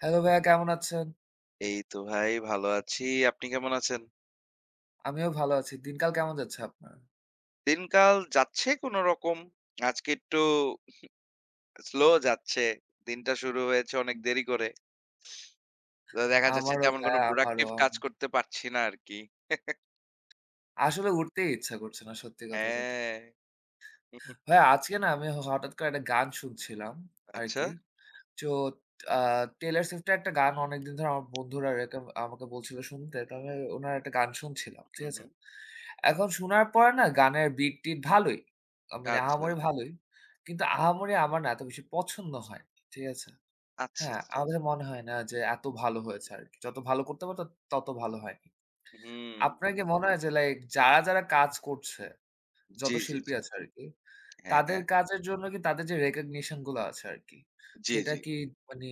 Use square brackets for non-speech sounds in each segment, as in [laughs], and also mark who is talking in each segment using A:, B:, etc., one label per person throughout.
A: Hello ভাইয়া, কেমন আছেন?
B: এই তো ভাই ভালো আছি। আপনি কেমন আছেন?
A: আমিও ভালো আছি। দিনকাল কেমন যাচ্ছে আপনার?
B: দিনকাল যাচ্ছে কোনরকম। আজকে একটু স্লো যাচ্ছে। দিনটা শুরু হয়েছে অনেক দেরি করে। তো দেখা যাচ্ছে
A: আমারও
B: তেমন কোন
A: ভাইয়া, আমারও।
B: প্রোডাক্টিভ কাজ করতে পারছি না আরকি।
A: আসলে উঠতেই ইচ্ছা করছে না, সত্যি কথা যেটা।
B: হ্যাঁ।
A: ভাইয়া, আজকে না আমি হঠাৎ করে একটা গান শুনছিলাম
B: আচ্ছা।
A: আরকি। তো আ টেইলর সুইফটের একটা গান অনেকদিন ধরে আমার বন্ধুরা আমাকে বলছিল শুনতে। তো আমি উনার একটা গান শুনছিলাম। ঠিক
B: হুম,
A: আছে?
B: হুম।
A: এখন শোনার পরে না গানের বিট-টিট ভালোই। মানে
B: আচ্ছা,
A: আহামরি ভালোই। কিন্তু আহামরি আমার না এত বেশি পছন্দ হয়নি। ঠিক আছে?
B: আচ্ছা,
A: হ্যাঁ,
B: আচ্ছা।
A: আমাদের মনে হয় না যে এত ভালো হয়েছে আরকি। যত ভালো করতে পারত তত ভালো হয়নি।
B: হুম।
A: আপনার কি মনে হয় যে লাইক যারা কাজ করছে, যত
B: জি, জি,
A: শিল্পী
B: জি।
A: আছে আরকি,
B: হ্যাঁ,
A: তাদের
B: হ্যাঁ।
A: কাজের জন্য কি তাদের যে recognition গুলো আছে আরকি,
B: জি,
A: সেটা
B: জি।
A: কি মানে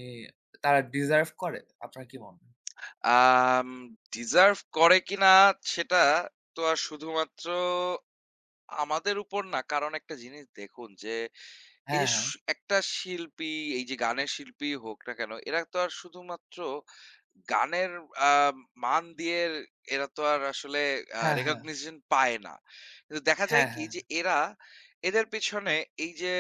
A: তারা deserve করে? আপনার কি মনে হয়?
B: আম ডিজার্ভ করে কিনা সেটা তো আর শুধুমাত্র আমাদের উপর না। কারণ একটা জিনিস দেখুন যে এই
A: হ্যাঁ,
B: যে
A: হ্যাঁ,
B: একটা শিল্পী, এই যে গানের শিল্পী হোক না কেন, এরা তো আর শুধুমাত্র গানের আ মান দিয়ে এরা তো আর আসলে
A: হ্যাঁ, হ্যাঁ,
B: recognition পায় না। কিন্তু দেখা যায়
A: হ্যাঁ,
B: কি
A: হ্যাঁ,
B: যে এরা এদের পেছনে এই যে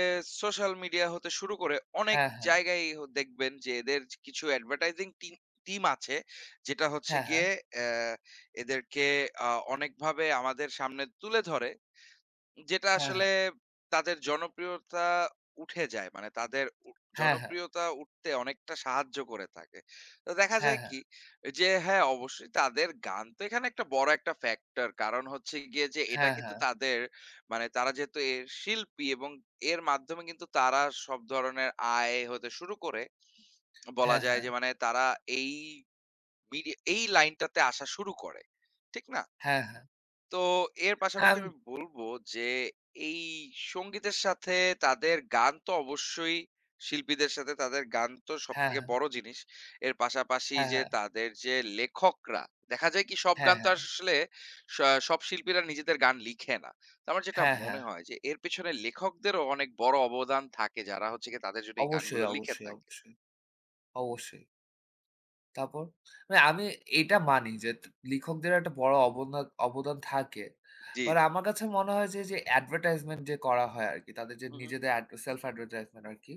B: সোশ্যাল মিডিয়া হতে শুরু করে অনেক
A: হ্যাঁ, হ্যাঁ,
B: জায়গায় দেখবেন যে এদের কিছু অ্যাডভার্টাইজিং টিম টিম আছে, যেটা হচ্ছে
A: হ্যাঁ,
B: গিয়ে অ্যা এদেরকে অনেকভাবে আমাদের সামনে তুলে ধরে। যেটা
A: হ্যাঁ, হ্যাঁ,
B: আসলে তাদের জনপ্রিয়তা উঠে যায়। মানে তাদের উ
A: হ্যাঁ,
B: জনপ্রিয়তা উঠতে অনেকটা সাহায্য করে থাকে। তো দেখা
A: হ্যাঁ,
B: যায়
A: হ্যাঁ, হ্যাঁ,
B: কি যে হ্যাঁ, অবশ্যই তাদের গান তো এখানে একটা বড় একটা ফ্যাক্টর। কারণ হচ্ছে গিয়ে যে এটা
A: হ্যাঁ,
B: কিন্তু
A: হ্যাঁ,
B: তাদের মানে তারা যেহেতু এর শিল্পী এবং এর মাধ্যমে কিন্তু তারা সব ধরনের আয় হতে শুরু করে, বলা
A: হ্যাঁ,
B: যায়
A: হ্যাঁ,
B: যে
A: হ্যাঁ,
B: মানে তারা এই এই লাইনটাতে আসা শুরু করে। ঠিক না?
A: হ্যাঁ,
B: তো এর পাশাপাশি আমি বলব যে এই সঙ্গীতের সাথে তাদের গান তো অবশ্যই, শিল্পীদের সাথে তাদের গান তো
A: হ্যাঁ,
B: সবথেকে বড় জিনিস। এর পাশাপাশি যে তাদের যে লেখকরা, দেখা যায় কি সব গান তো
A: হ্যাঁ,
B: আসলে স সব শিল্পীরা নিজেদের গান লিখে না। তো আমার যেটা
A: হ্যাঁ,
B: মনে
A: হ্যাঁ,
B: হয় যে এর পেছনে লেখকদেরও অনেক বড় অবদান থাকে, যারা হচ্ছে গিয়ে তাদের জন্য এই
A: অবশ্যই,
B: গানগুলো লিখে
A: অবশ্যই,
B: থাকে।
A: অবশ্যই, অবশ্যই। তারপর? মানে আমি এটা মানি যে লিখকদের একটা বড় অবদান থাকে।
B: জি,
A: বাট
B: জি।
A: আমার কাছে মনে হয় যে, যে অ্যাডভার্টাইজমেন্ট যে করা হয় আরকি, তাদের যে
B: হু, হু।
A: নিজেদের অ্যাড সেলফ অ্যাডভার্টাইজমেন্ট আরকি।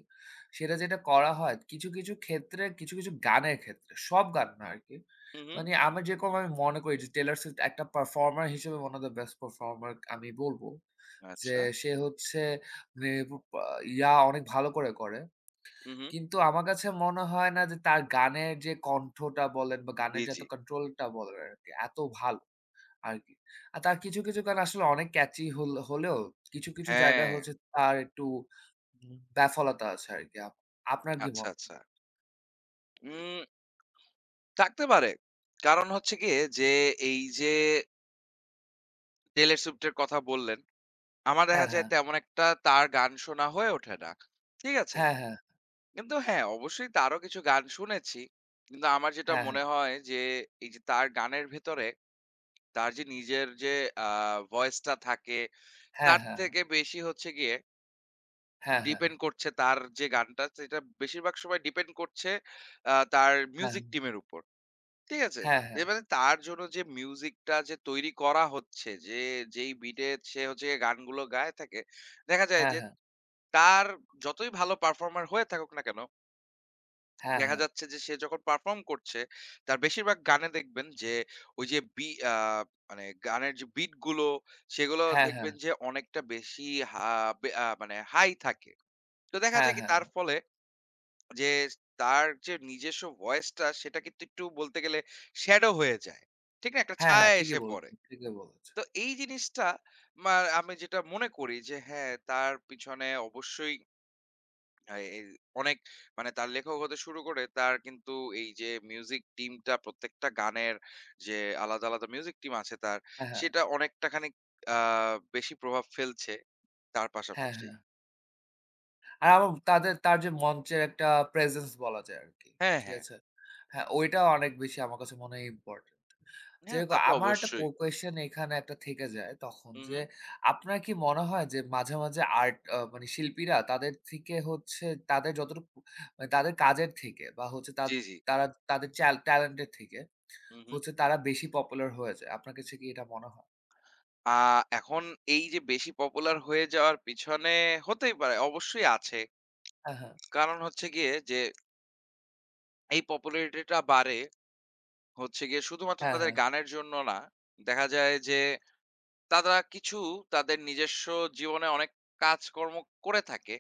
A: সেটা যেটা করা হয় কিছু ক্ষেত্রে, কিছু গানের ক্ষেত্রে, সব গান না আরকি।
B: হু, হু।
A: মানে আমি যেরকম আমি মনে করি যে 'টেইলর সুইফট' একটা পারফর্মার হিসেবে one of the best performer আমি বলব। যে
B: আচ্ছা।
A: সে হচ্ছে মানে ইয়া অনেক ভালো করে করে।
B: হু, হু।
A: কিন্তু আমার কাছে মনে হয় না যে তার গানের যে কণ্ঠটা বলেন বা গানের
B: জি,
A: যে
B: জি।
A: এত কন্ট্রোলটা বলেন আরকি এত ভালো আরকি। আর তার কিছু গান আসলে অনেক ক্যাচি হলেও কিছু
B: হ্যাঁ।
A: জায়গায় হচ্ছে তার একটু ব্যাফলতা আছে আরকি। আপনার কি
B: আচ্ছা,
A: মত?
B: আচ্ছা। উম থাকতে পারে। কারণ হচ্ছে গিয়ে যে এই যে Taylor Swift এর কথা বললেন, আমার দেখা
A: হ্যাঁ, হ্যাঁ।
B: যায় তেমন একটা তার গান শোনা হয়ে ওঠে না। ঠিক আছে?
A: হ্যাঁ, হ্যাঁ।
B: কিন্তু হ্যাঁ, অবশ্যই তারও কিছু গান শুনেছি। কিন্তু আমার যেটা
A: হ্যাঁ, হ্যাঁ।
B: মনে হয় যে এই যে তার গানের ভেতরে তার যে নিজের যে আ ভয়েসটা থাকে,
A: হ্যাঁ,
B: তার
A: হ্যাঁ।
B: থেকে বেশি হচ্ছে গিয়ে
A: হ্যাঁ, হ্যাঁ।
B: ডিপেন্ড করছে, তার যে গানটা সেটা বেশিরভাগ সময় ডিপেন্ড করছে তার মিউজিক টিমের উপর। ঠিক আছে।
A: হ্যাঁ, হ্যাঁ।
B: এবারে তার জন্য যে মিউজিকটা যে তৈরি করা হচ্ছে, যে যেই বিটে সে হচ্ছে গিয়ে গানগুলো গায়ে থাকে, দেখা যায়
A: হ্যাঁ,
B: যে
A: হ্যাঁ।
B: তার যতই ভালো পারফর্মার হয়ে থাকুক না কেন,
A: হ্যাঁ,
B: দেখা
A: হ্যাঁ।
B: যাচ্ছে যে সে যখন পারফর্ম করছে, তার বেশিরভাগ গানে দেখবেন যে ওই যে বি আ মানে গানের যে বিটগুলো, সেগুলো
A: হ্যাঁ, হ্যাঁ। হ্যাঁ, হ্যাঁ।
B: দেখবেন যে অনেকটা বেশি হা বে আ মানে হাই থাকে। তো দেখা
A: হ্যাঁ,
B: যায় কি
A: হ্যাঁ।
B: তার ফলে যে তার যে নিজস্ব ভয়েসটা সেটা কিন্তু একটু বলতে গেলে শ্যাডো হয়ে যায়। ঠিক না? একটা
A: হ্যাঁ, হ্যাঁ।
B: ছায়া
A: ঠিকই
B: এসে পড়ে।
A: বলেছেন, ঠিকই বলেছেন।
B: তো এই জিনিসটা মা আমি যেটা মনে করি যে হ্যাঁ, তার পিছনে অবশ্যই আ এ অনেক মানে তার লেখক হতে শুরু করে তার কিন্তু এই যে মিউজিক টিমটা প্রত্যেকটা গানের যে আলাদা, আলাদা মিউজিক টিম আছে তার,
A: হ্যাঁ, হ্যাঁ।
B: সেটা অনেকটা খানিক আ বেশি প্রভাব ফেলছে তার
A: হ্যাঁ,
B: পাশাপাশি।
A: হ্যাঁ। আর আমার তাদের তার যে মঞ্চের একটা প্রেজেন্স বলা যায় আরকি।
B: হ্যাঁ,
A: ঠিক
B: হ্যাঁ।
A: আছে? হ্যাঁ, ওইটা অনেক বেশি আমার কাছে মনে হয় ইম্পোর্টেন্ট।
B: হ্যাঁ, তা
A: যেরকম
B: তো
A: আমার একটা
B: অবশ্যই।
A: কোয়েশ্চেন এখানে একটা থেকে যায় তখন
B: হু, হু।
A: যে, আপনার কি মনে হয় যে মাঝে মাঝে আর্ট আ মানে শিল্পীরা তাদের থেকে হচ্ছে তাদের যতটুকু মানে তাদের কাজের থেকে বা হচ্ছে তা
B: জি, জি।
A: তারা তাদের ট্যালেন্ট এর থেকে
B: হু, হু।
A: হচ্ছে তারা বেশি পপুলার হয়ে যায়। আপনার কাছে কি এটা মনে হয়?
B: আ এখন এই যে বেশি পপুলার হয়ে যাওয়ার পিছনে হতেই পারে, অবশ্যই আছে।
A: হ্যাঁ, হ্যাঁ।
B: কারণ হচ্ছে গিয়ে যে এই পপুলারিটিটা বাড়ে হচ্ছে গিয়ে শুধুমাত্র
A: হ্যাঁ,
B: তাদের
A: হ্যাঁ।
B: গানের জন্য না। দেখা যায় যে তারা কিছু তাদের নিজস্ব জীবনে অনেক কাজকর্ম করে থাকে।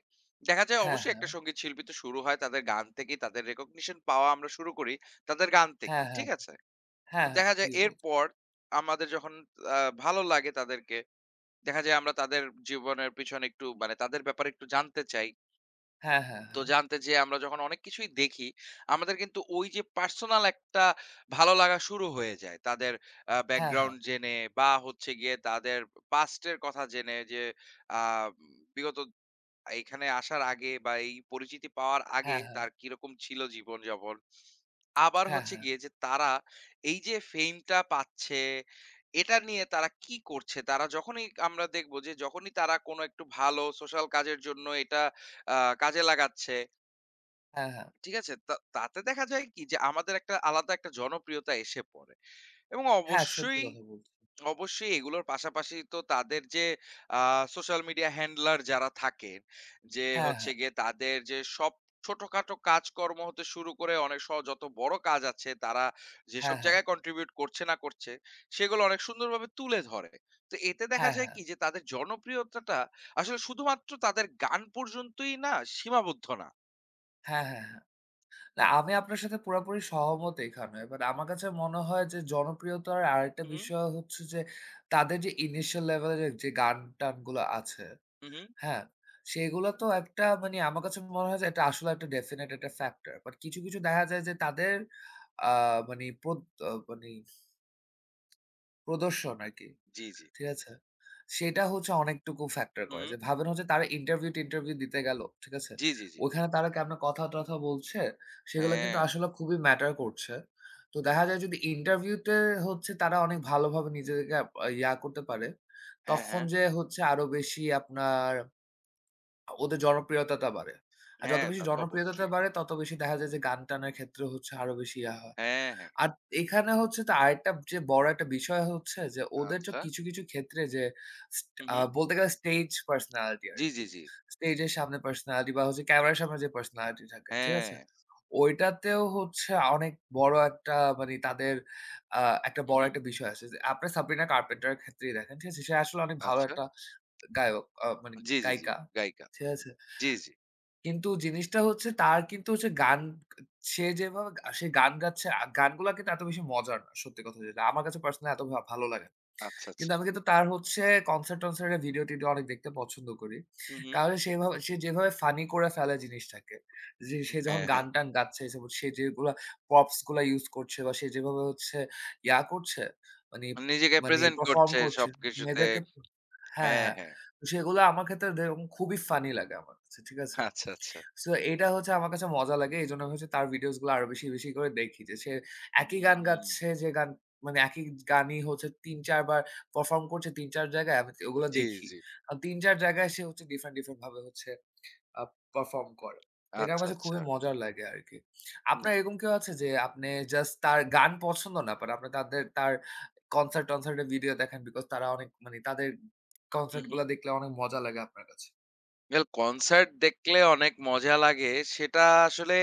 B: দেখা যায়
A: হ্যাঁ,
B: অবশ্যই
A: হ্যাঁ।
B: একটা সঙ্গীত শিল্পী তো শুরু হয় তাদের গান থেকেই, তাদের রেকগনিশন পাওয়া আমরা শুরু করি তাদের গান
A: হ্যাঁ,
B: থেকেই। ঠিক
A: হ্যাঁ।
B: আছে?
A: হ্যাঁ, হ্যাঁ।
B: দেখা যায়
A: ঠিকই বলেছেন।
B: এরপর আমাদের যখন আ ভালো লাগে তাদেরকে, দেখা যায় আমরা তাদের জীবনের পিছনে একটু মানে তাদের ব্যাপারে একটু জানতে চাই।
A: হ্যাঁ, হ্যাঁ,
B: তো
A: হ্যাঁ।
B: জানতে যেয়ে আমরা যখন অনেক কিছুই দেখি, আমাদের কিন্তু ওই যে পার্সোনাল একটা ভালো লাগা শুরু হয়ে যায়। তাদের
A: হ্যাঁ, হ্যাঁ।
B: ব্যাকগ্রাউন্ড জেনে বা হচ্ছে গিয়ে তাদের পাস্ট এর কথা জেনে যে আ বিগত এখানে আসার আগে বা এই পরিচিতি পাওয়ার আগে
A: হ্যাঁ, হ্যাঁ।
B: তার কিরকম ছিল জীবনযাপন। আবার
A: হ্যাঁ,
B: হচ্ছে
A: হ্যাঁ।
B: গিয়ে যে তারা এই যে ফেমটা পাচ্ছে, এটা নিয়ে তারা কি করছে? তারা যখনই আমরা দেখব যে যখনই তারা কোনো একটু ভালো সোশ্যাল কাজের জন্য এটা আ কাজে লাগাচ্ছে,
A: হ্যাঁ, হ্যাঁ।
B: ঠিক আছে? তা তাতে দেখা যায় কি যে আমাদের একটা আলাদা একটা জনপ্রিয়তা এসে পড়ে এবং
A: হ্যাঁ, সত্যি
B: অবশ্যই
A: কথা বলছেন।
B: অবশ্যই এগুলোর পাশাপাশি তো তাদের যে সোশ্যাল মিডিয়া হ্যান্ডলার যারা থাকেন, যে
A: হ্যাঁ,
B: হচ্ছে
A: হ্যাঁ।
B: গিয়ে তাদের যে সব ছোটখাটো কাজকর্ম হতে শুরু করে অনেক সহ যত বড় কাজ আছে তারা যেসব
A: হ্যাঁ, হ্যাঁ।
B: জায়গায় কন্ট্রিবিউট করছে না করছে সেগুলো অনেক সুন্দরভাবে তুলে ধরে। তো এতে দেখা
A: হ্যাঁ,
B: যায়
A: হ্যাঁ।
B: কি যে তাদের জনপ্রিয়তাটা আসলে শুধুমাত্র তাদের গান পর্যন্তই না, সীমাবদ্ধ না।
A: হ্যাঁ, হ্যাঁ, হ্যাঁ। না, আমি আপনার সাথে পুরাপুরি সহমত এখানে। বাট আমার কাছে মনে হয় যে জনপ্রিয়তার আরেকটা
B: হুম,
A: বিষয় হচ্ছে যে তাদের যে ইনিশিয়াল লেভেলের যে গান-টানগুলো আছে,
B: হুম, হুম,
A: হ্যাঁ? সেগুলো তো একটা মানে আমার কাছে মনে হয় যে এটা আসলে একটা ডেফিনিট একটা ফ্যাক্টর। বাট কিছু দেখা যায় যে তাদের আ মানে প্রদ আ মানে প্রদর্শন আরকি।
B: জি, জি।
A: ঠিক আছে? সেটা হচ্ছে অনেকটুকু ফ্যাক্টর
B: হুম,
A: করে।
B: হুম,
A: যে ভাবেন হচ্ছে তারা ইন্টারভিউ-টিন্টারভিউ দিতে গেল, ঠিক আছে?
B: জি, জি, জি।
A: ওইখানে তারা কেমনে কথা-টথা বলছে, সেগুলো কিন্তু
B: হ্যাঁ,
A: আসলে খুবই ম্যাটার করছে। তো দেখা যায় যদি ইন্টারভিউতে হচ্ছে তারা অনেক ভালোভাবে নিজেদেরকে ইয়া করতে পারে,
B: হ্যাঁ,
A: তখন
B: হ্যাঁ,
A: যেয়ে হচ্ছে আরো বেশি আপনার ওদের জনপ্রিয়তাটা বাড়ে। আর যত
B: হ্যাঁ,
A: বেশি
B: তা তো
A: জনপ্রিয়তাটা
B: অবশ্যই।
A: বাড়ে তত বেশি দেখা যায় যে গান-টানের ক্ষেত্রে হচ্ছে আরো বেশি ইয়া হয়।
B: হ্যাঁ, হ্যাঁ।
A: আর এখানে হচ্ছে তো আরেকটা যে বড় একটা বিষয় হচ্ছে যে ওদের যে
B: আচ্ছা।
A: কিছু ক্ষেত্রে যে st
B: হু,
A: আ
B: হু।
A: বলতে গেলে স্টেজ পার্সোনালিটি
B: জি,
A: আরকি।
B: জি, জি।
A: স্টেজের সামনে পার্সোনালিটি বা হচ্ছে ক্যামেরার সামনে যে পার্সোনালিটি থাকে, ঠিক
B: হ্যাঁ।
A: আছে? ওইটাতেও হচ্ছে অনেক বড় একটা মানে তাদের আ একটা বড়
B: হুম।
A: একটা বিষয় আছে। যে আপনার সাব্রিনা কার্পেন্টার এর ক্ষেত্রেই দেখেন, ঠিক আছে? সে আসলে অনেক ভালো
B: আচ্ছা।
A: একটা গায়ক আ মানে
B: জি, জি, জি।
A: গায়িকা,
B: গায়িকা।
A: ঠিক আছে?
B: জি, জি।
A: কিন্তু জিনিসটা হচ্ছে তার কিন্তু হচ্ছে গান সে গান গাচ্ছে গানগুলা কিন্তু এত বেশি মজার না। সত্যি কথা যেটা। আমার কাছে পার্সোনালি এত ভালো লাগে না।
B: আচ্ছা, আচ্ছা।
A: কিন্তু আমি কিন্তু তার হচ্ছে কনসার্ট-টনসার্টের ভিডিও-টিডিও অনেক দেখতে পছন্দ করি।
B: হু, হু।
A: কারণ সেভাবে সে যেভাবে ফানি করে ফেলে জিনিসটাকে। যে সে যখন
B: হ্যাঁ, হ্যাঁ।
A: গান-টান গাচ্ছে, সে সে যেগুলা প্রপস গুলা ইউস করছে বা সে যেভাবে হচ্ছে ইয়া করছে, মানে
B: মানে নিজেকে
A: মানে
B: প্রেজেন্ট
A: পারফর্ম
B: করছে
A: করছে,
B: সবকিছুতে।
A: মেয়েদেরকে হ্যাঁ,
B: হ্যাঁ,
A: হ্যাঁ।
B: হ্যাঁ।
A: তো সেগুলো আমার ক্ষেত্রে যেরকম খুবই ফানি লাগে আমার কাছে। ঠিক আছে?
B: আচ্ছা, আচ্ছা।
A: সো এটা হচ্ছে আমার কাছে মজা লাগে। এজন্য হচ্ছে তার ভিডিওস গুলো আরো বেশি করে দেখি। যে সে একই গান
B: হুম।
A: গাচ্ছে যে গান মানে একই গানই হচ্ছে ৩-৪ বার পারফর্ম করছে ৩-৪ জায়গায় আমি ওগুলো
B: জি,
A: দেখি।
B: জি।
A: আর ৩-৪ জায়গায় সে হচ্ছে ডিফারেন্ট ডিফারেন্ট ভাবে হচ্ছে আ পারফর্ম করে। এটা আমার
B: আচ্ছা,
A: কাছে খুবই
B: আচ্ছা।
A: মজার লাগে আরকি। আপনার
B: না।
A: এরকম কেউ আছে যে আপনি জাস্ট তার গান পছন্দ না বাট আপনি তার কনসার্ট-টনসার্ট এর ভিডিও দেখেন বিকজ তারা অনেক মানে তাদের
B: হু,
A: কনসার্ট
B: হু।
A: গুলা দেখলে অনেক মজা লাগে আপনার কাছে?
B: এল কনসার্ট দেখলে অনেক মজা লাগে। সেটা আসলে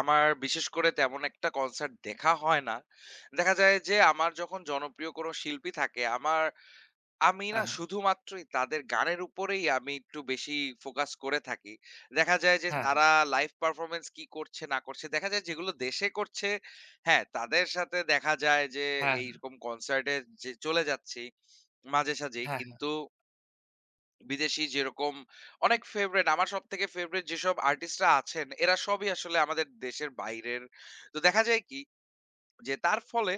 B: আমার বিশেষ করে তেমন একটা কনসার্ট দেখা হয় না। দেখা যায় যে আমার যখন জনপ্রিয় কোন শিল্পী থাকে, আমার আমি না
A: হ্যাঁ, হ্যাঁ।
B: শুধুমাত্রই তাদের গানের উপরেই আমি একটু বেশি ফোকাস করে থাকি। দেখা যায় যে
A: হ্যাঁ,
B: তারা লাইভ পারফরম্যান্স কি করছে না করছে, দেখা যায় যেগুলো দেশে করছে, হ্যাঁ, তাদের সাথে দেখা যায় যে
A: হ্যাঁ, হ্যাঁ,
B: এইরকম কনসার্টে যে চলে যাচ্ছি মাঝে সাঝেই।
A: হ্যাঁ, হ্যাঁ,
B: কিন্তু বিদেশি যেরকম অনেক ফেভারাইট, আমার সবথেকে ফেভারাইট যেসব আর্টিস্টরা আছেন এরা সবই আসলে আমাদের দেশের বাইরের। তো দেখা যায় কি যে তার ফলে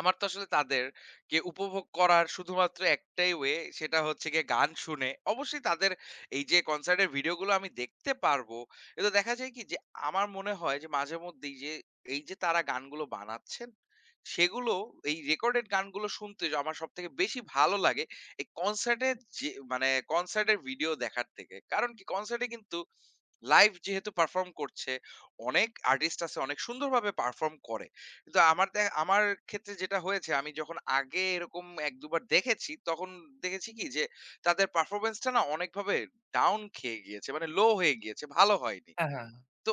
B: আমার তো আসলে তাদেরকে উপভোগ করার শুধুমাত্র একটাই ওয়ে সেটা হচ্ছে গিয়ে গান শুনে। অবশ্যই তাদের এই যে কনসার্টের ভিডিওগুলো আমি দেখতে পারবো। কিন্তু দেখা যায় কি যে আমার মনে হয় যে মাঝে মধ্যেই যে এই যে তারা গানগুলো বানাচ্ছেন, সেগুলো এই রেকর্ডেড গানগুলো শুনতে আমার সবথেকে বেশি ভালো লাগে এই কনসার্টে, যে মানে কনসার্টের ভিডিও দেখার থেকে। কারণ কি কনসার্টে কিন্তু লাইভ যেহেতু পারফর্ম করছে, অনেক আর্টিস্ট আছে অনেক সুন্দরভাবে পারফর্ম করে। কিন্তু আমার ক্ষেত্রে যেটা হয়েছে আমি যখন আগে এরকম ১-২ বার দেখেছি, তখন দেখেছি কি যে তাদের পারফরম্যান্সটা না অনেকভাবে ডাউন খেয়ে গিয়েছে। মানে লো হয়ে গিয়েছে, ভালো হয়নি।
A: হ্যাঁ, হ্যাঁ। হ্যাঁ,
B: তো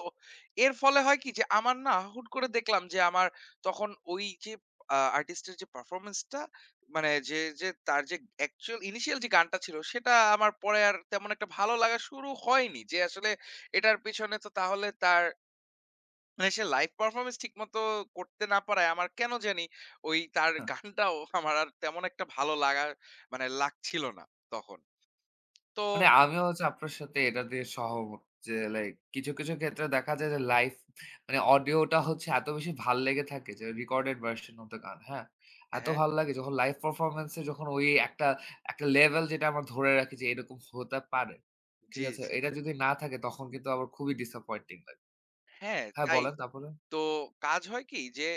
B: এর ফলে হয় কি যে আমার না হুট করে দেখলাম যে আমার তখন ওই যে আর্টিস্টের যে পারফরম্যান্সটা মানে যে, যে তার যে অ্যাকচুয়াল ইনিশিয়াল যে গানটা ছিল সেটা আমার পরে আর তেমন একটা ভালো লাগা শুরু হয়নি। যে আসলে এটার পেছনে তো তাহলে তার মানে সে লাইভ পারফরম্যান্স ঠিকমতো করতে না পারায় আমার কেন জানি ওই তার
A: হ্যাঁ।
B: গানটাও আমার আর তেমন একটা ভালো লাগা মানে লাগছিল না তখন। তো
A: মানে আমিও হচ্ছে আপনার সাথে এটা দিয়ে সহমত যে লাইক কিছু ক্ষেত্রে দেখা যায় যে লাইভ মানে অডিওটা হচ্ছে এত বেশি ভাল লেগে থাকে যে রেকর্ডেড ভার্শন অফ দ্যা গান, হ্যাঁ? এত
B: হ্যাঁ,
A: ভাল লাগে যখন লাইভ পারফরম্যান্স এ যখন ওই একটা লেভেল যেটা আমরা ধরে রাখি যে এরকম হতে পারে। ঠিক
B: জি,
A: আছে?
B: জি।
A: এটা যদি না থাকে তখন কিন্তু আবার খুবই ডিসঅ্যাপয়েন্টিং লাগে।
B: হ্যাঁ,
A: হ্যাঁ,
B: তাই।
A: বলেন তারপরে?
B: তো কাজ হয় কি যে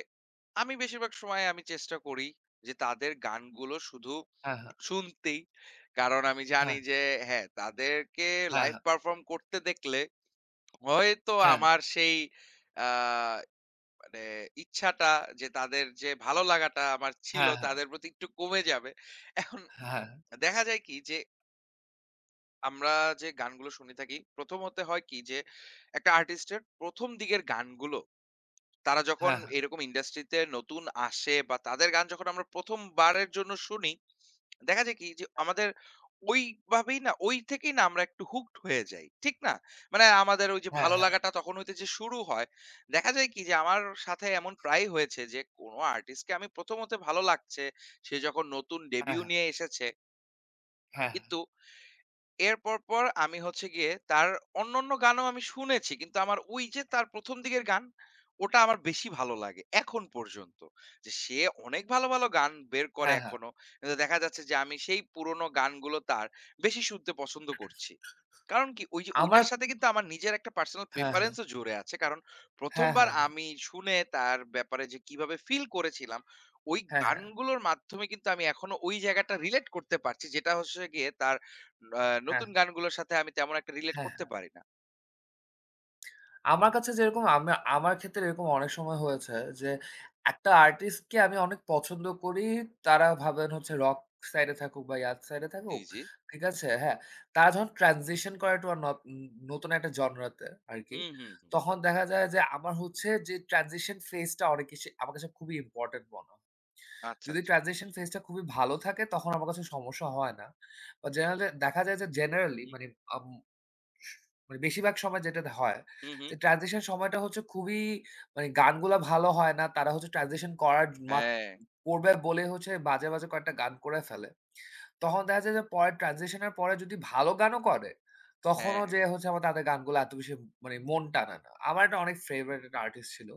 B: আমি বেশিরভাগ সময় আমি চেষ্টা করি যে তাদের গানগুলো শুধু
A: হ্যাঁ, হ্যাঁ,
B: শুনতেই, কারণ আমি জানি
A: হ্যাঁ,
B: যে হ্যাঁ, তাদেরকে
A: হ্যাঁ,
B: লাইভ পারফর্ম করতে দেখলে হয়তো
A: হ্যাঁ,
B: আমার সেই আহ, মানে ইচ্ছাটা, যে তাদের যে ভালো লাগাটা আমার ছিল
A: হ্যাঁ, হ্যাঁ,
B: তাদের প্রতি একটু কমে যাবে এখন।
A: হ্যাঁ, হ্যাঁ,
B: দেখা যায় কি যে আমরা যে গানগুলো শুনে থাকি প্রথমতে হয় কি যে একটা আর্টিস্টের প্রথম দিকের গানগুলো, তারা যখন
A: হ্যাঁ, হ্যাঁ,
B: এরকম ইন্ডাস্ট্রিতে নতুন আসে বা তাদের গান যখন আমরা ১ম বারের জন্য শুনি, দেখা যায় কি যে আমাদের ওইভাবেই না ওই থেকেই না আমরা একটু hooked হয়ে যাই। ঠিক না? মানে আমাদের ওই যে
A: হ্যাঁ,
B: ভালো
A: হ্যাঁ,
B: লাগাটা তখন হইতে যে শুরু হয়, দেখা যায় কি যে আমার সাথে এমন প্রায়ই হয়েছে যে কোনো আর্টিস্টকে আমি ১ম হতে ভালো লাগছে, সে যখন নতুন ডেবিউ
A: হ্যাঁ,
B: নিয়ে এসেছে,
A: হ্যাঁ, হ্যাঁ,
B: কিন্তু এর পর আমি হচ্ছে গিয়ে তার অন্যান্য গানও আমি শুনেছি। কিন্তু আমার ওই যে তার ১ম দিকের গান, ওটা আমার বেশি ভালো লাগে এখন পর্যন্ত। যে সে অনেক ভালো, ভালো গান বের করে
A: হ্যাঁ, হ্যাঁ,
B: এখনো। কিন্তু দেখা যাচ্ছে যে আমি সেই পুরোনো গানগুলো তার বেশি শুনতে পছন্দ করছি। কারণ কি ওই যে
A: আমার
B: ওইটার সাথে কিন্তু আমার নিজের একটা পার্সোনাল
A: হ্যাঁ, হ্যাঁ,
B: প্রেফারেন্স ও জুড়ে আছে। কারণ ১ম
A: হ্যাঁ,
B: বার
A: হ্যাঁ,
B: আমি শুনে তার ব্যাপারে যে কিভাবে ফিল করেছিলাম, ওই
A: হ্যাঁ, হ্যাঁ,
B: গানগুলোর মাধ্যমে কিন্তু আমি এখনো ওই জায়গাটা রিলেট করতে পারছি। যেটা হচ্ছে গিয়ে তার
A: হ্যাঁ।
B: নতুন গানগুলোর সাথে আমি তেমন একটা রিলেট
A: হ্যাঁ,
B: করতে
A: হ্যাঁ।
B: পারি না।
A: আমার কাছে যেরকম আমার ক্ষেত্রে এরকম অনেক সময় হয়েছে যে, একটা আর্টিস্টকে আমি অনেক পছন্দ করি। তারা ভাবেন হচ্ছে রক সাইডে থাকুক বা ইয়াত সাইডে
B: জি,
A: থাকুক।
B: জি।
A: ঠিক আছে? হ্যাঁ। তারা যখন ট্রান্সিশন করে টু আ নতুন একটা জনরাতে আরকি।
B: হুম, হুম, হুম।
A: তখন দেখা যায় যে আমার হচ্ছে যে ট্রানজিশন ফেজ টা অনেক কিছু আমার কাছে খুবই ইম্পোর্টেন্ট মনে হয়।
B: আচ্ছা,
A: যদি
B: আচ্ছা।
A: ট্রানজিশন ফেজ টা খুবই ভালো থাকে তখন আমার কাছে সমস্যা হয় না। বা জেনারেলি দেখা যায় যে জেনারেলি
B: হুম,
A: মানে আম মানে বেশিরভাগ সময় যেটা হয়
B: হুম, হুম।
A: যে ট্রানজিশন সময়টা হচ্ছে খুবই মানে গানগুলা ভালো হয় না। তারা হচ্ছে ট্রানজিশন করার মাত
B: হ্যাঁ,
A: করবে বলে হচ্ছে বাজে কয়েকটা গান করে ফেলে। তখন দেখা যায় যে পরে ট্রানজিশন এর পরে যদি ভালো গানও করে,
B: হ্যাঁ,
A: তখনও
B: হ্যাঁ।
A: যে হচ্ছে আমার তাদের গানগুলো এত বেশি মানে মন টানে না। আমার একটা অনেক ফেভারাইট একটা আর্টিস্ট ছিল।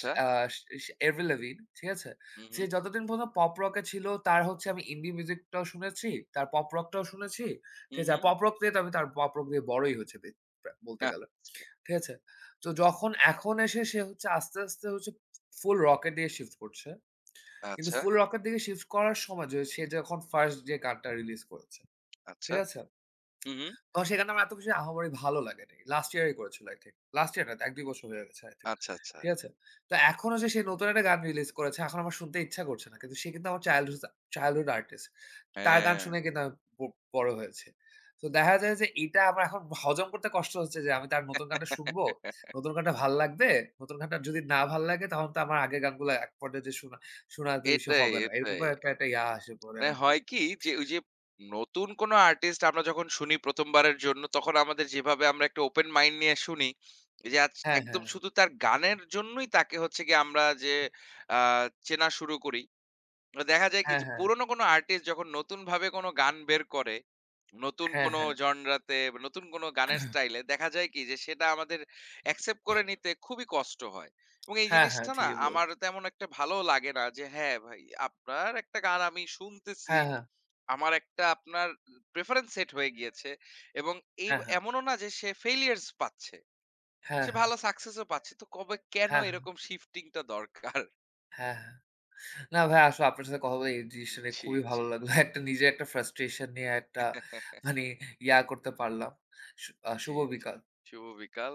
A: সে আ সে সে Avril Lavigne, ঠিক আছে?
B: হুম,
A: সে
B: হুম,
A: যতদিন পর্যন্ত পপ রক এ ছিল তার হচ্ছে আমি ইন্ডি মিউজিকটাও শুনেছি, তার পপ রকটাও শুনেছি। ঠিক
B: হুম,
A: আছে? আর
B: হুম।
A: পপ রক দিয়ে তো আমি তার পপ রক দিয়ে বড়ই হচ্ছে প্রা বলতে
B: আহ,
A: গেলে। ঠিক আছে? তো যখন এখন এসে সে হচ্ছে আস্তে আস্তে হচ্ছে ফুল রক এর দিকে শিফট করছে। কিন্তু
B: আচ্ছা,
A: 'ফুল রক' এর দিকে শিফট করার সময় যে সে যখন ফার্স্ট যে গানটা রিলিজ করেছে,
B: আচ্ছা,
A: ঠিক আছে?
B: হুম, হুম।
A: তো সেখানে আমার এত কিছু আহামরি ভালো লাগেনি। লাস্ট ইয়ার এ করেছিল আই থিংক। লাস্ট ইয়ার না ১-২ বছর হয়ে গেছে আই থিংক।
B: আচ্ছা, আচ্ছা।
A: ঠিক আছে? তো এখনো যে সে নতুন একটা গান রিলিজ করেছে এখন আমার শুনতে ইচ্ছা করছে না। কিন্তু সে কিন্তু আমার চাইল্ডহুড চাইল্ডহুড আর্টিস্ট। তার গান
B: হ্যাঁ।
A: শুনে কিন্তু আমি ব বড় হয়েছি। তো দেখা যায় যে এটা আমার এখন হজম করতে কষ্ট হচ্ছে যে আমি তার নতুন গানটা শুনবো। নতুন গানটা ভাল লাগবে। নতুন গানটা যদি না ভাল লাগে তখন তো আমার আগের গানগুলো এক পর্যায়ে যে শোনা শোনা এত বেশি
B: এটাই,
A: হবে না। এরকম
B: এটাই।
A: করে একটা ইয়া আসে পড়ে
B: মানে
A: আরকি।
B: হয় কি যে ওই যে নতুন কোনো আর্টিস্ট আমরা যখন শুনি ১ম বারের জন্য তখন আমাদের যেভাবে আমরা একটা ওপেন মাইন্ড নিয়ে শুনি, এই যে আজ
A: হ্যাঁ,
B: একদম
A: হ্যাঁ।
B: শুধু তার গানের জন্যই তাকে হচ্ছে গিয়ে আমরা যে আ চেনা শুরু করি। তো দেখা যায় কি
A: হ্যাঁ,
B: যে
A: হ্যাঁ।
B: পুরোনো কোনো আর্টিস্ট যখন নতুন ভাবে কোনো গান বের করে, নতুন
A: হ্যাঁ,
B: কোনো
A: হ্যাঁ।
B: জনরাতে, নতুন কোনো গানের স্টাইলে, দেখা যায় কি যে সেটা আমাদের অ্যাকসেপ্ট করে নিতে খুবই কষ্ট হয়। এবং এই
A: হ্যাঁ, হ্যাঁ। হ্যাঁ,
B: জিনিসটা না
A: ঠিকই বল
B: আমার তেমন একটা ভালো লাগে না যে হ্যাঁ, ভাই আপনার একটা গান আমি শুনতেছি।
A: হ্যাঁ, হ্যাঁ,
B: আমার একটা আপনার প্রেফারেন্স সেট হয়ে গিয়েছে, এবং এই
A: হ্যাঁ, হ্যাঁ,
B: এমনও না যে সে failures পাচ্ছে।
A: হ্যাঁ,
B: সে
A: হ্যাঁ,
B: ভালো সাকসেসও পাচ্ছে। তো কবে কেন
A: হ্যাঁ,
B: এরকম
A: হ্যাঁ।
B: শিফটিং টা দরকার?
A: হ্যাঁ, হ্যাঁ। না ভাই, আসলে আপনার সাথে কথা বলে এই জিনিসটা নিয়ে
B: জি,
A: খুবই ভালো
B: জি।
A: লাগলো। [laughs] একটা নিজের একটা frustration নিয়ে একটা মানে ইয়া করতে পারলাম। শু আ শুভ
B: জি, জি।
A: বিকাল।
B: শুভ বিকাল।